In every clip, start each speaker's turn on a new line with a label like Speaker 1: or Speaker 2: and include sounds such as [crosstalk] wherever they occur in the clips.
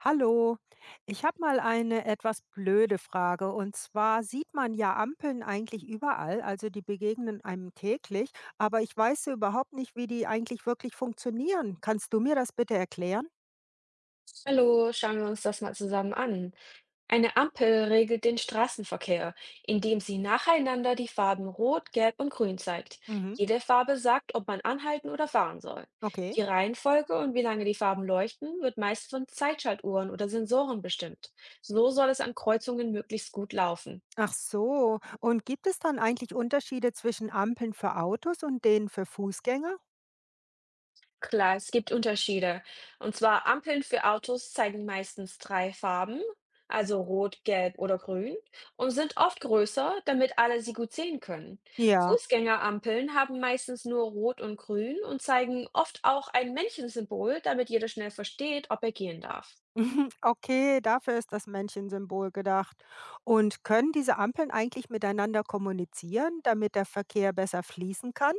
Speaker 1: Hallo, ich habe mal eine etwas blöde Frage. Und zwar sieht man ja Ampeln eigentlich überall, also die begegnen einem täglich, aber ich weiß ja überhaupt nicht, wie die eigentlich wirklich funktionieren. Kannst du mir das bitte erklären?
Speaker 2: Hallo, schauen wir uns das mal zusammen an. Eine Ampel regelt den Straßenverkehr, indem sie nacheinander die Farben Rot, Gelb und Grün zeigt.
Speaker 1: Mhm.
Speaker 2: Jede Farbe sagt, ob man anhalten oder fahren soll.
Speaker 1: Okay.
Speaker 2: Die Reihenfolge und wie lange die Farben leuchten, wird meist von Zeitschaltuhren oder Sensoren bestimmt. So soll es an Kreuzungen möglichst gut laufen.
Speaker 1: Ach so, und gibt es dann eigentlich Unterschiede zwischen Ampeln für Autos und denen für Fußgänger?
Speaker 2: Klar, es gibt Unterschiede. Und zwar Ampeln für Autos zeigen meistens 3 Farben, also rot, gelb oder grün, und sind oft größer, damit alle sie gut sehen können.
Speaker 1: Ja. [laughs]
Speaker 2: Fußgängerampeln haben meistens nur rot und grün und zeigen oft auch ein Männchensymbol, damit jeder schnell versteht, ob er gehen darf.
Speaker 1: Mhm, okay, dafür ist das Männchensymbol gedacht. Und können diese Ampeln eigentlich miteinander kommunizieren, damit der Verkehr besser fließen kann?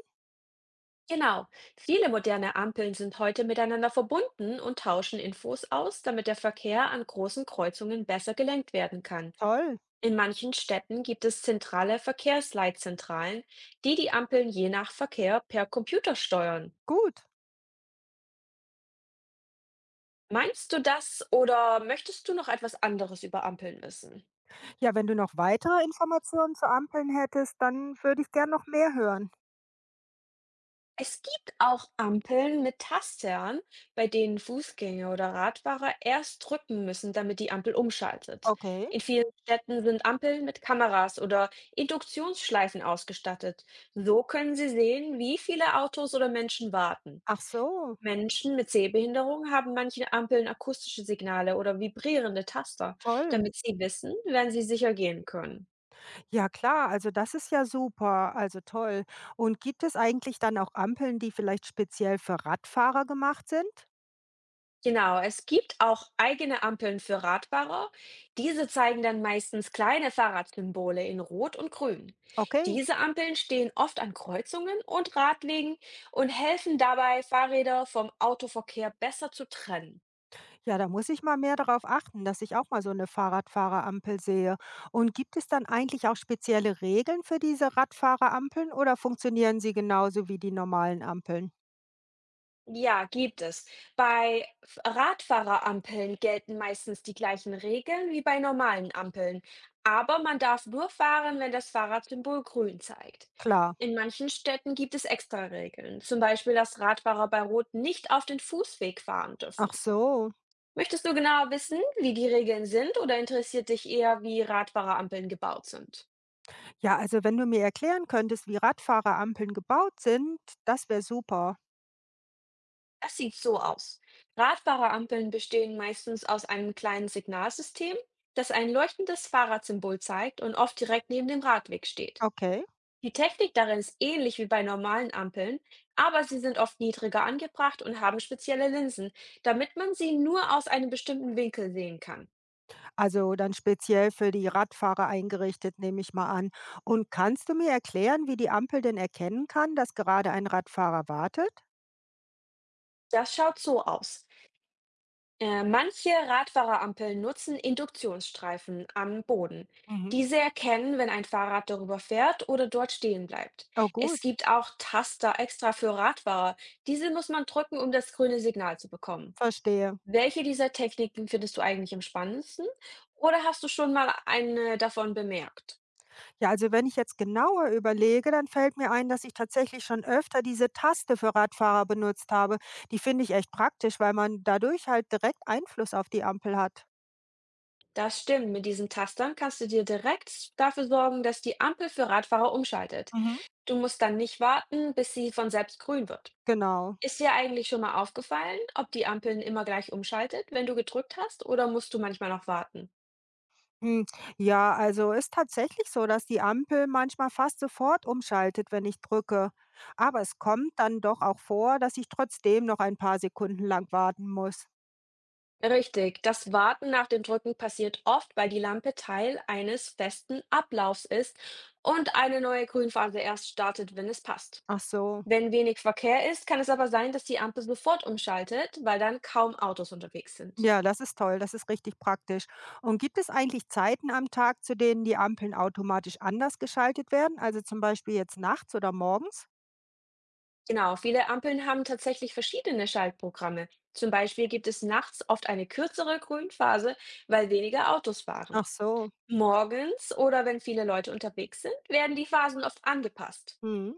Speaker 2: Genau, viele moderne Ampeln sind heute miteinander verbunden und tauschen Infos aus, damit der Verkehr an großen Kreuzungen besser gelenkt werden kann.
Speaker 1: Toll,
Speaker 2: In manchen Städten gibt es zentrale Verkehrsleitzentralen, die die Ampeln je nach Verkehr per Computer steuern.
Speaker 1: gut.
Speaker 2: Meinst du das oder möchtest du noch etwas anderes über Ampeln wissen?
Speaker 1: Ja, wenn du noch weitere Informationen zu Ampeln hättest, dann würde ich gern noch mehr hören.
Speaker 2: Es gibt auch Ampeln mit Tastern, bei denen Fußgänger oder Radfahrer erst drücken müssen, damit die Ampel umschaltet.
Speaker 1: Okay.
Speaker 2: In vielen Städten sind Ampeln mit Kameras oder Induktionsschleifen ausgestattet. So können sie sehen, wie viele Autos oder Menschen warten.
Speaker 1: Ach so,
Speaker 2: Menschen mit Sehbehinderung haben manche Ampeln akustische Signale oder vibrierende Taster,
Speaker 1: toll.
Speaker 2: damit sie wissen, wenn sie sicher gehen können.
Speaker 1: Ja klar, also das ist ja super, also toll. Und gibt es eigentlich dann auch Ampeln, die vielleicht speziell für Radfahrer gemacht sind?
Speaker 2: Genau, es gibt auch eigene Ampeln für Radfahrer. Diese zeigen dann meistens kleine Fahrradsymbole in Rot und Grün.
Speaker 1: Okay,
Speaker 2: Diese Ampeln stehen oft an Kreuzungen und Radwegen und helfen dabei, Fahrräder vom Autoverkehr besser zu trennen.
Speaker 1: ja, da muss ich mal mehr darauf achten, dass ich auch mal so eine Fahrradfahrerampel sehe. Und gibt es dann eigentlich auch spezielle Regeln für diese Radfahrerampeln oder funktionieren sie genauso wie die normalen Ampeln?
Speaker 2: Ja, gibt es. Bei Radfahrerampeln gelten meistens die gleichen Regeln wie bei normalen Ampeln, aber man darf nur fahren, wenn das Fahrradsymbol grün zeigt.
Speaker 1: Klar.
Speaker 2: In manchen Städten gibt es extra Regeln, zum Beispiel, dass Radfahrer bei Rot nicht auf den Fußweg fahren dürfen.
Speaker 1: Ach so.
Speaker 2: Möchtest du genauer wissen, wie die Regeln sind, oder interessiert dich eher, wie Radfahrerampeln gebaut sind?
Speaker 1: Ja, also wenn du mir erklären könntest, wie Radfahrerampeln gebaut sind, das wäre super.
Speaker 2: Das sieht so aus. Radbare Ampeln bestehen meistens aus einem kleinen Signalsystem, das ein leuchtendes Fahrradsymbol zeigt und oft direkt neben dem Radweg steht.
Speaker 1: Okay,
Speaker 2: Die Technik darin ist ähnlich wie bei normalen Ampeln, aber sie sind oft niedriger angebracht und haben spezielle Linsen, damit man sie nur aus einem bestimmten Winkel sehen kann.
Speaker 1: also dann speziell für die Radfahrer eingerichtet, nehme ich mal an. Und kannst du mir erklären, wie die Ampel denn erkennen kann, dass gerade ein Radfahrer wartet?
Speaker 2: Das schaut so aus. Manche Radfahrerampeln nutzen Induktionsstreifen am Boden.
Speaker 1: Mhm.
Speaker 2: Diese erkennen, wenn ein Fahrrad darüber fährt oder dort stehen bleibt.
Speaker 1: Oh
Speaker 2: Es
Speaker 1: gut,
Speaker 2: gibt auch Taster extra für Radfahrer. Diese muss man drücken, um das grüne Signal zu bekommen.
Speaker 1: verstehe.
Speaker 2: Welche dieser Techniken findest du eigentlich am spannendsten? Oder hast du schon mal eine davon bemerkt?
Speaker 1: Ja, also wenn ich jetzt genauer überlege, dann fällt mir ein, dass ich tatsächlich schon öfter diese Taste für Radfahrer benutzt habe. Die finde ich echt praktisch, weil man dadurch halt direkt Einfluss auf die Ampel hat.
Speaker 2: Das stimmt, mit diesen Tastern kannst du dir direkt dafür sorgen, dass die Ampel für Radfahrer umschaltet.
Speaker 1: Mhm.
Speaker 2: Du musst dann nicht warten, bis sie von selbst grün wird.
Speaker 1: Genau.
Speaker 2: Ist dir eigentlich schon mal aufgefallen, ob die Ampeln immer gleich umschaltet, wenn du gedrückt hast, oder musst du manchmal noch warten?
Speaker 1: Hm, ja, also ist tatsächlich so, dass die Ampel manchmal fast sofort umschaltet, wenn ich drücke. Aber es kommt dann doch auch vor, dass ich trotzdem noch ein paar Sekunden lang warten muss.
Speaker 2: Richtig, das Warten nach dem Drücken passiert oft, weil die Lampe Teil eines festen Ablaufs ist und eine neue Grünphase erst startet, wenn es passt.
Speaker 1: Ach so.
Speaker 2: Wenn wenig Verkehr ist, kann es aber sein, dass die Ampel sofort umschaltet, weil dann kaum Autos unterwegs sind.
Speaker 1: Ja, das ist toll, das ist richtig praktisch. Und gibt es eigentlich Zeiten am Tag, zu denen die Ampeln automatisch anders geschaltet werden? Also zum Beispiel jetzt nachts oder morgens?
Speaker 2: Genau, viele Ampeln haben tatsächlich verschiedene Schaltprogramme. Zum Beispiel gibt es nachts oft eine kürzere Grünphase, weil weniger Autos fahren.
Speaker 1: Ach so.
Speaker 2: Morgens oder wenn viele Leute unterwegs sind, werden die Phasen oft angepasst.
Speaker 1: Mhm.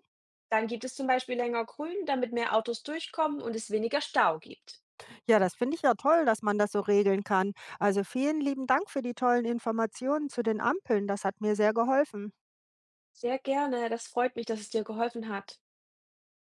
Speaker 2: Dann gibt es zum Beispiel länger Grün, damit mehr Autos durchkommen und es weniger Stau gibt.
Speaker 1: Ja, das finde ich ja toll, dass man das so regeln kann. Also vielen lieben Dank für die tollen Informationen zu den Ampeln. Das hat mir sehr geholfen.
Speaker 2: Sehr gerne, das freut mich, dass es dir geholfen hat.